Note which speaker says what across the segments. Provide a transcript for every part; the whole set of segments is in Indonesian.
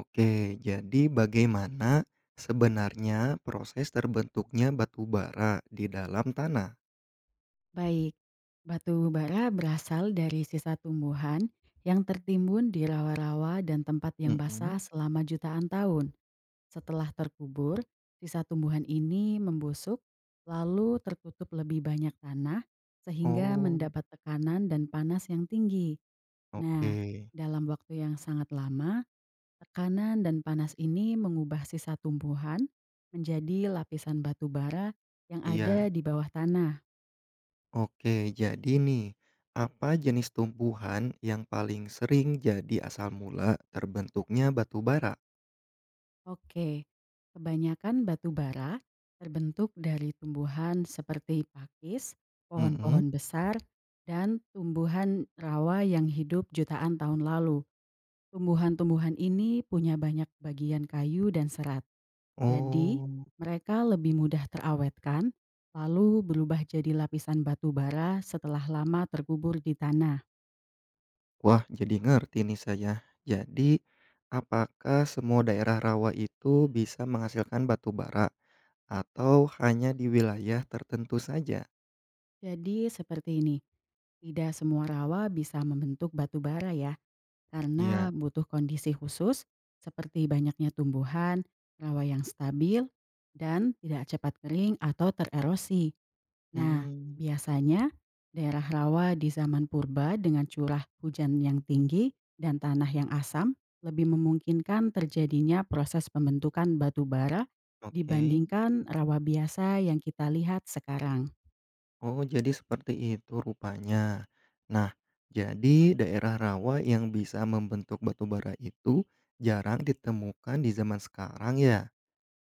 Speaker 1: Oke, jadi bagaimana sebenarnya proses terbentuknya batu bara di dalam tanah?
Speaker 2: Baik, batu bara berasal dari sisa tumbuhan yang tertimbun di rawa-rawa dan tempat yang
Speaker 1: Mhm.
Speaker 2: basah selama jutaan tahun. Setelah terkubur, sisa tumbuhan ini membusuk, lalu tertutup lebih banyak tanah, sehingga
Speaker 1: Oh,
Speaker 2: mendapat tekanan dan panas yang tinggi.
Speaker 1: oke.
Speaker 2: Nah, dalam waktu yang sangat lama, tekanan dan panas ini mengubah sisa tumbuhan menjadi lapisan batu bara yang
Speaker 1: Iya,
Speaker 2: ada di bawah tanah.
Speaker 1: oke. Jadi nih, apa jenis tumbuhan yang paling sering jadi asal mula terbentuknya batu bara?
Speaker 2: Oke, kebanyakan batu bara terbentuk dari tumbuhan seperti pakis,
Speaker 1: Mhm.
Speaker 2: pohon-pohon besar, dan tumbuhan rawa yang hidup jutaan tahun lalu. Tumbuhan-tumbuhan ini punya banyak bagian kayu dan serat. Jadi,
Speaker 1: Oh,
Speaker 2: mereka lebih mudah terawetkan, lalu berubah jadi lapisan batu bara setelah lama terkubur di tanah.
Speaker 1: wah jadi ngerti nih saya. Jadi, apakah semua daerah rawa itu bisa menghasilkan batu bara atau hanya di wilayah tertentu saja?
Speaker 2: Jadi, seperti ini. Tidak semua rawa bisa membentuk batu bara ya, karena
Speaker 1: Iya,
Speaker 2: butuh kondisi khusus seperti banyaknya tumbuhan, rawa yang stabil, dan tidak cepat kering atau tererosi. Nah,
Speaker 1: mmm,
Speaker 2: biasanya daerah rawa di zaman purba dengan curah hujan yang tinggi dan tanah yang asam lebih memungkinkan terjadinya proses pembentukan batu bara
Speaker 1: oke.
Speaker 2: dibandingkan rawa biasa yang kita lihat sekarang.
Speaker 1: Oh, jadi seperti itu rupanya. Nah, jadi daerah rawa yang bisa membentuk batu bara itu jarang ditemukan di zaman sekarang ya?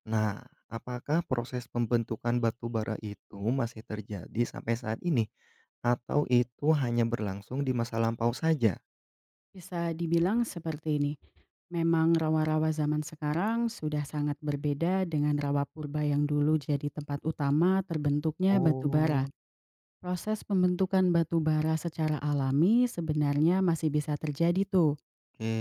Speaker 1: Nah, apakah proses pembentukan batu bara itu masih terjadi sampai saat ini? Atau itu hanya berlangsung di masa lampau saja?
Speaker 2: Bisa dibilang seperti ini. Memang rawa-rawa zaman sekarang sudah sangat berbeda dengan rawa purba yang dulu jadi tempat utama terbentuknya batu bara.
Speaker 1: Oke,
Speaker 2: Proses pembentukan batu bara secara alami sebenarnya masih bisa terjadi tuh,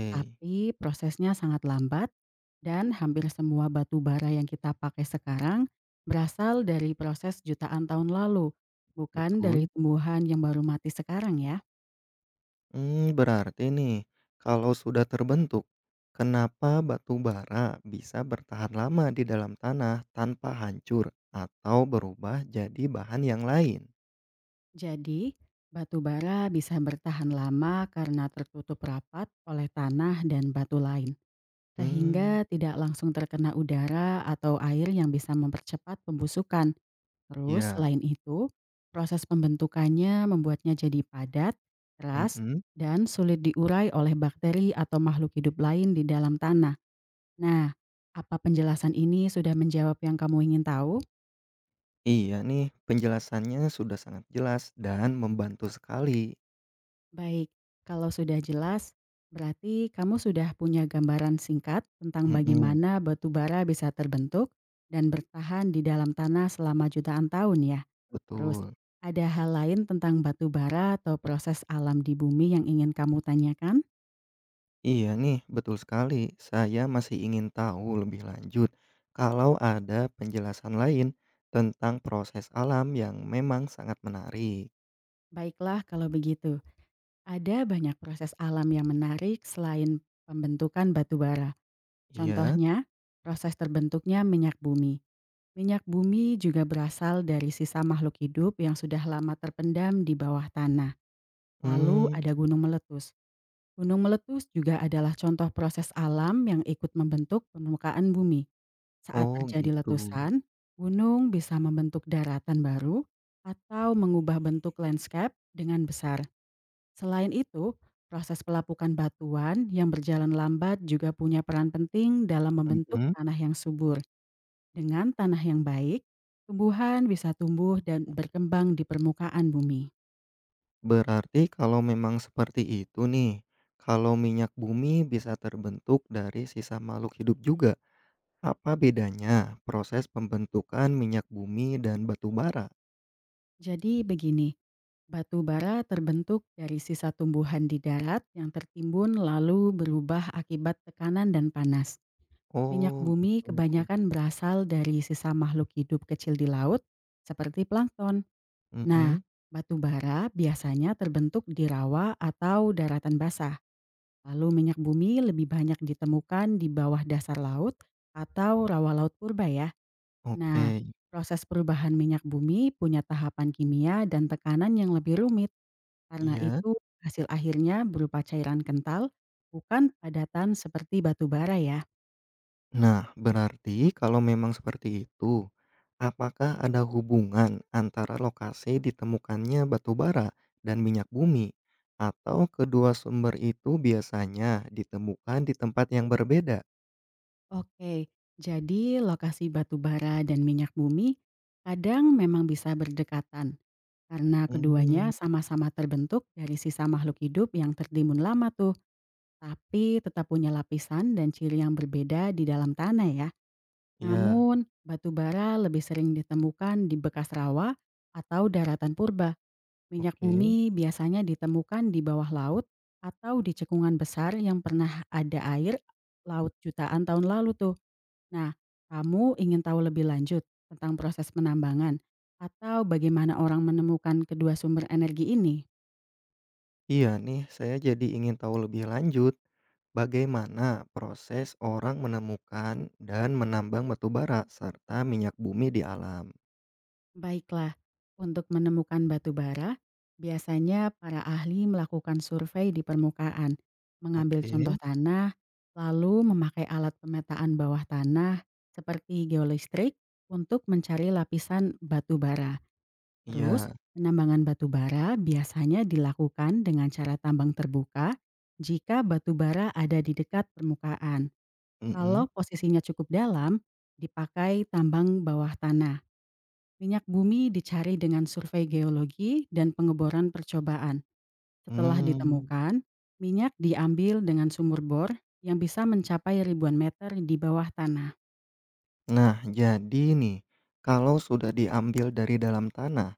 Speaker 2: tapi prosesnya sangat lambat dan hampir semua batu bara yang kita pakai sekarang berasal dari proses jutaan tahun lalu, bukan dari
Speaker 1: betul.
Speaker 2: tumbuhan yang baru mati sekarang ya.
Speaker 1: Hmm, berarti nih, kalau sudah terbentuk, kenapa batu bara bisa bertahan lama di dalam tanah tanpa hancur atau berubah jadi bahan yang lain?
Speaker 2: Jadi, batu bara bisa bertahan lama karena tertutup rapat oleh tanah dan batu lain,
Speaker 1: Mmm,
Speaker 2: sehingga tidak langsung terkena udara atau air yang bisa mempercepat pembusukan. Terus,
Speaker 1: iya,
Speaker 2: selain itu, proses pembentukannya membuatnya jadi padat, keras,
Speaker 1: mhm,
Speaker 2: dan sulit diurai oleh bakteri atau makhluk hidup lain di dalam tanah. Nah, apa penjelasan ini sudah menjawab yang kamu ingin tahu?
Speaker 1: iya nih, penjelasannya sudah sangat jelas dan membantu sekali.
Speaker 2: Baik, kalau sudah jelas, berarti kamu sudah punya gambaran singkat tentang
Speaker 1: Mhm,
Speaker 2: bagaimana batu bara bisa terbentuk dan bertahan di dalam tanah selama jutaan tahun ya. Terus,
Speaker 1: betul.
Speaker 2: ada hal lain tentang batu bara atau proses alam di bumi yang ingin kamu tanyakan?
Speaker 1: Iya nih, betul sekali. Saya masih ingin tahu lebih lanjut kalau ada penjelasan lain tentang proses alam yang memang sangat menarik.
Speaker 2: Baiklah kalau begitu, ada banyak proses alam yang menarik selain pembentukan batu bara.
Speaker 1: Iya,
Speaker 2: Contohnya, proses terbentuknya minyak bumi. Minyak bumi juga berasal dari sisa makhluk hidup yang sudah lama terpendam di bawah tanah. Lalu
Speaker 1: mmm,
Speaker 2: ada gunung meletus. Gunung meletus juga adalah contoh proses alam yang ikut membentuk permukaan bumi. Saat
Speaker 1: oh
Speaker 2: terjadi
Speaker 1: gitu,
Speaker 2: letusan, gunung bisa membentuk daratan baru atau mengubah bentuk landscape dengan besar. Selain itu, proses pelapukan batuan yang berjalan lambat juga punya peran penting dalam membentuk
Speaker 1: mhm,
Speaker 2: tanah yang subur. Dengan tanah yang baik, tumbuhan bisa tumbuh dan berkembang di permukaan bumi.
Speaker 1: berarti kalau memang seperti itu nih, kalau minyak bumi bisa terbentuk dari sisa makhluk hidup juga, apa bedanya proses pembentukan minyak bumi dan batu bara?
Speaker 2: Jadi begini, batu bara terbentuk dari sisa tumbuhan di darat yang tertimbun lalu berubah akibat tekanan dan panas. Minyak
Speaker 1: Oh
Speaker 2: bumi
Speaker 1: gitu,
Speaker 2: kebanyakan berasal dari sisa makhluk hidup kecil di laut, seperti plankton. Nah,
Speaker 1: mhm,
Speaker 2: batu bara biasanya terbentuk di rawa atau daratan basah. Lalu minyak bumi lebih banyak ditemukan di bawah dasar laut atau rawa laut purba ya.
Speaker 1: oke,
Speaker 2: Nah, proses perubahan minyak bumi punya tahapan kimia dan tekanan yang lebih rumit. Karena
Speaker 1: iya.
Speaker 2: itu hasil akhirnya berupa cairan kental, bukan padatan seperti batu bara ya.
Speaker 1: Nah, berarti kalau memang seperti itu, apakah ada hubungan antara lokasi ditemukannya batu bara dan minyak bumi, atau kedua sumber itu biasanya ditemukan di tempat yang berbeda?
Speaker 2: Oke, jadi lokasi batu bara dan minyak bumi kadang memang bisa berdekatan. Karena keduanya
Speaker 1: Hmm.
Speaker 2: sama-sama terbentuk dari sisa makhluk hidup yang tertimbun lama tuh, tapi tetap punya lapisan dan ciri yang berbeda di dalam tanah ya.
Speaker 1: Ya.
Speaker 2: Namun, batu bara lebih sering ditemukan di bekas rawa atau daratan purba. Minyak
Speaker 1: Oke.
Speaker 2: bumi biasanya ditemukan di bawah laut atau di cekungan besar yang pernah ada air laut jutaan tahun lalu tuh. Nah, kamu ingin tahu lebih lanjut tentang proses penambangan atau bagaimana orang menemukan kedua sumber energi ini?
Speaker 1: Iya nih, saya jadi ingin tahu lebih lanjut bagaimana proses orang menemukan dan menambang batu bara serta minyak bumi di alam.
Speaker 2: Baiklah, untuk menemukan batu bara, biasanya para ahli melakukan survei di permukaan, mengambil
Speaker 1: Oke,
Speaker 2: contoh tanah, lalu memakai alat pemetaan bawah tanah seperti geolistrik untuk mencari lapisan batu bara. Terus,
Speaker 1: iya,
Speaker 2: penambangan batu bara biasanya dilakukan dengan cara tambang terbuka jika batu bara ada di dekat permukaan.
Speaker 1: mhm,
Speaker 2: Kalau posisinya cukup dalam, dipakai tambang bawah tanah. Minyak bumi dicari dengan survei geologi dan pengeboran percobaan. Setelah
Speaker 1: hmm.
Speaker 2: ditemukan, minyak diambil dengan sumur bor yang bisa mencapai ribuan meter di bawah tanah.
Speaker 1: Nah, jadi nih, kalau sudah diambil dari dalam tanah,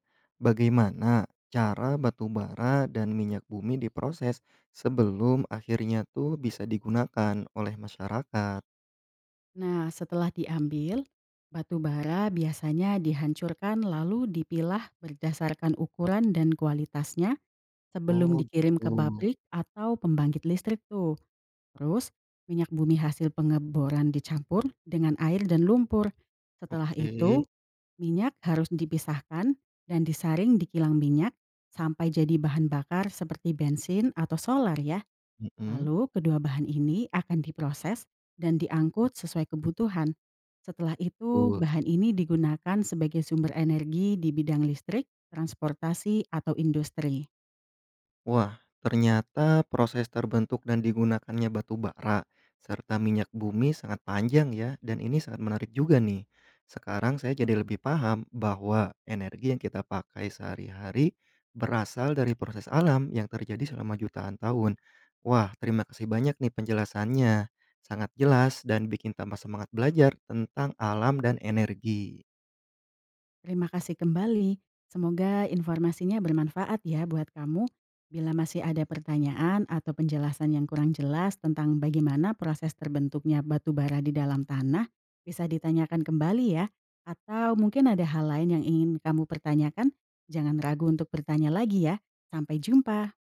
Speaker 1: bagaimana cara batu bara dan minyak bumi diproses sebelum akhirnya tuh bisa digunakan oleh masyarakat?
Speaker 2: Nah, setelah diambil, batu bara biasanya dihancurkan lalu dipilah berdasarkan ukuran dan kualitasnya sebelum
Speaker 1: Oh,
Speaker 2: dikirim ke
Speaker 1: gitu.
Speaker 2: pabrik atau pembangkit listrik tuh. Terus, minyak bumi hasil pengeboran dicampur dengan air dan lumpur. Setelah
Speaker 1: Oke.
Speaker 2: itu, minyak harus dipisahkan dan disaring di kilang minyak sampai jadi bahan bakar seperti bensin atau solar ya.
Speaker 1: Mhm,
Speaker 2: Lalu kedua bahan ini akan diproses dan diangkut sesuai kebutuhan. Setelah itu,
Speaker 1: betul.
Speaker 2: bahan ini digunakan sebagai sumber energi di bidang listrik, transportasi, atau industri.
Speaker 1: Wah, ternyata proses terbentuk dan digunakannya batu bara serta minyak bumi sangat panjang ya, dan ini sangat menarik juga nih. Sekarang saya jadi lebih paham bahwa energi yang kita pakai sehari-hari berasal dari proses alam yang terjadi selama jutaan tahun. Wah, terima kasih banyak nih penjelasannya. Sangat jelas dan bikin tambah semangat belajar tentang alam dan energi.
Speaker 2: Terima kasih kembali. Semoga informasinya bermanfaat ya buat kamu. Bila masih ada pertanyaan atau penjelasan yang kurang jelas tentang bagaimana proses terbentuknya batu bara di dalam tanah, bisa ditanyakan kembali ya. Atau mungkin ada hal lain yang ingin kamu pertanyakan, jangan ragu untuk bertanya lagi ya. Sampai jumpa.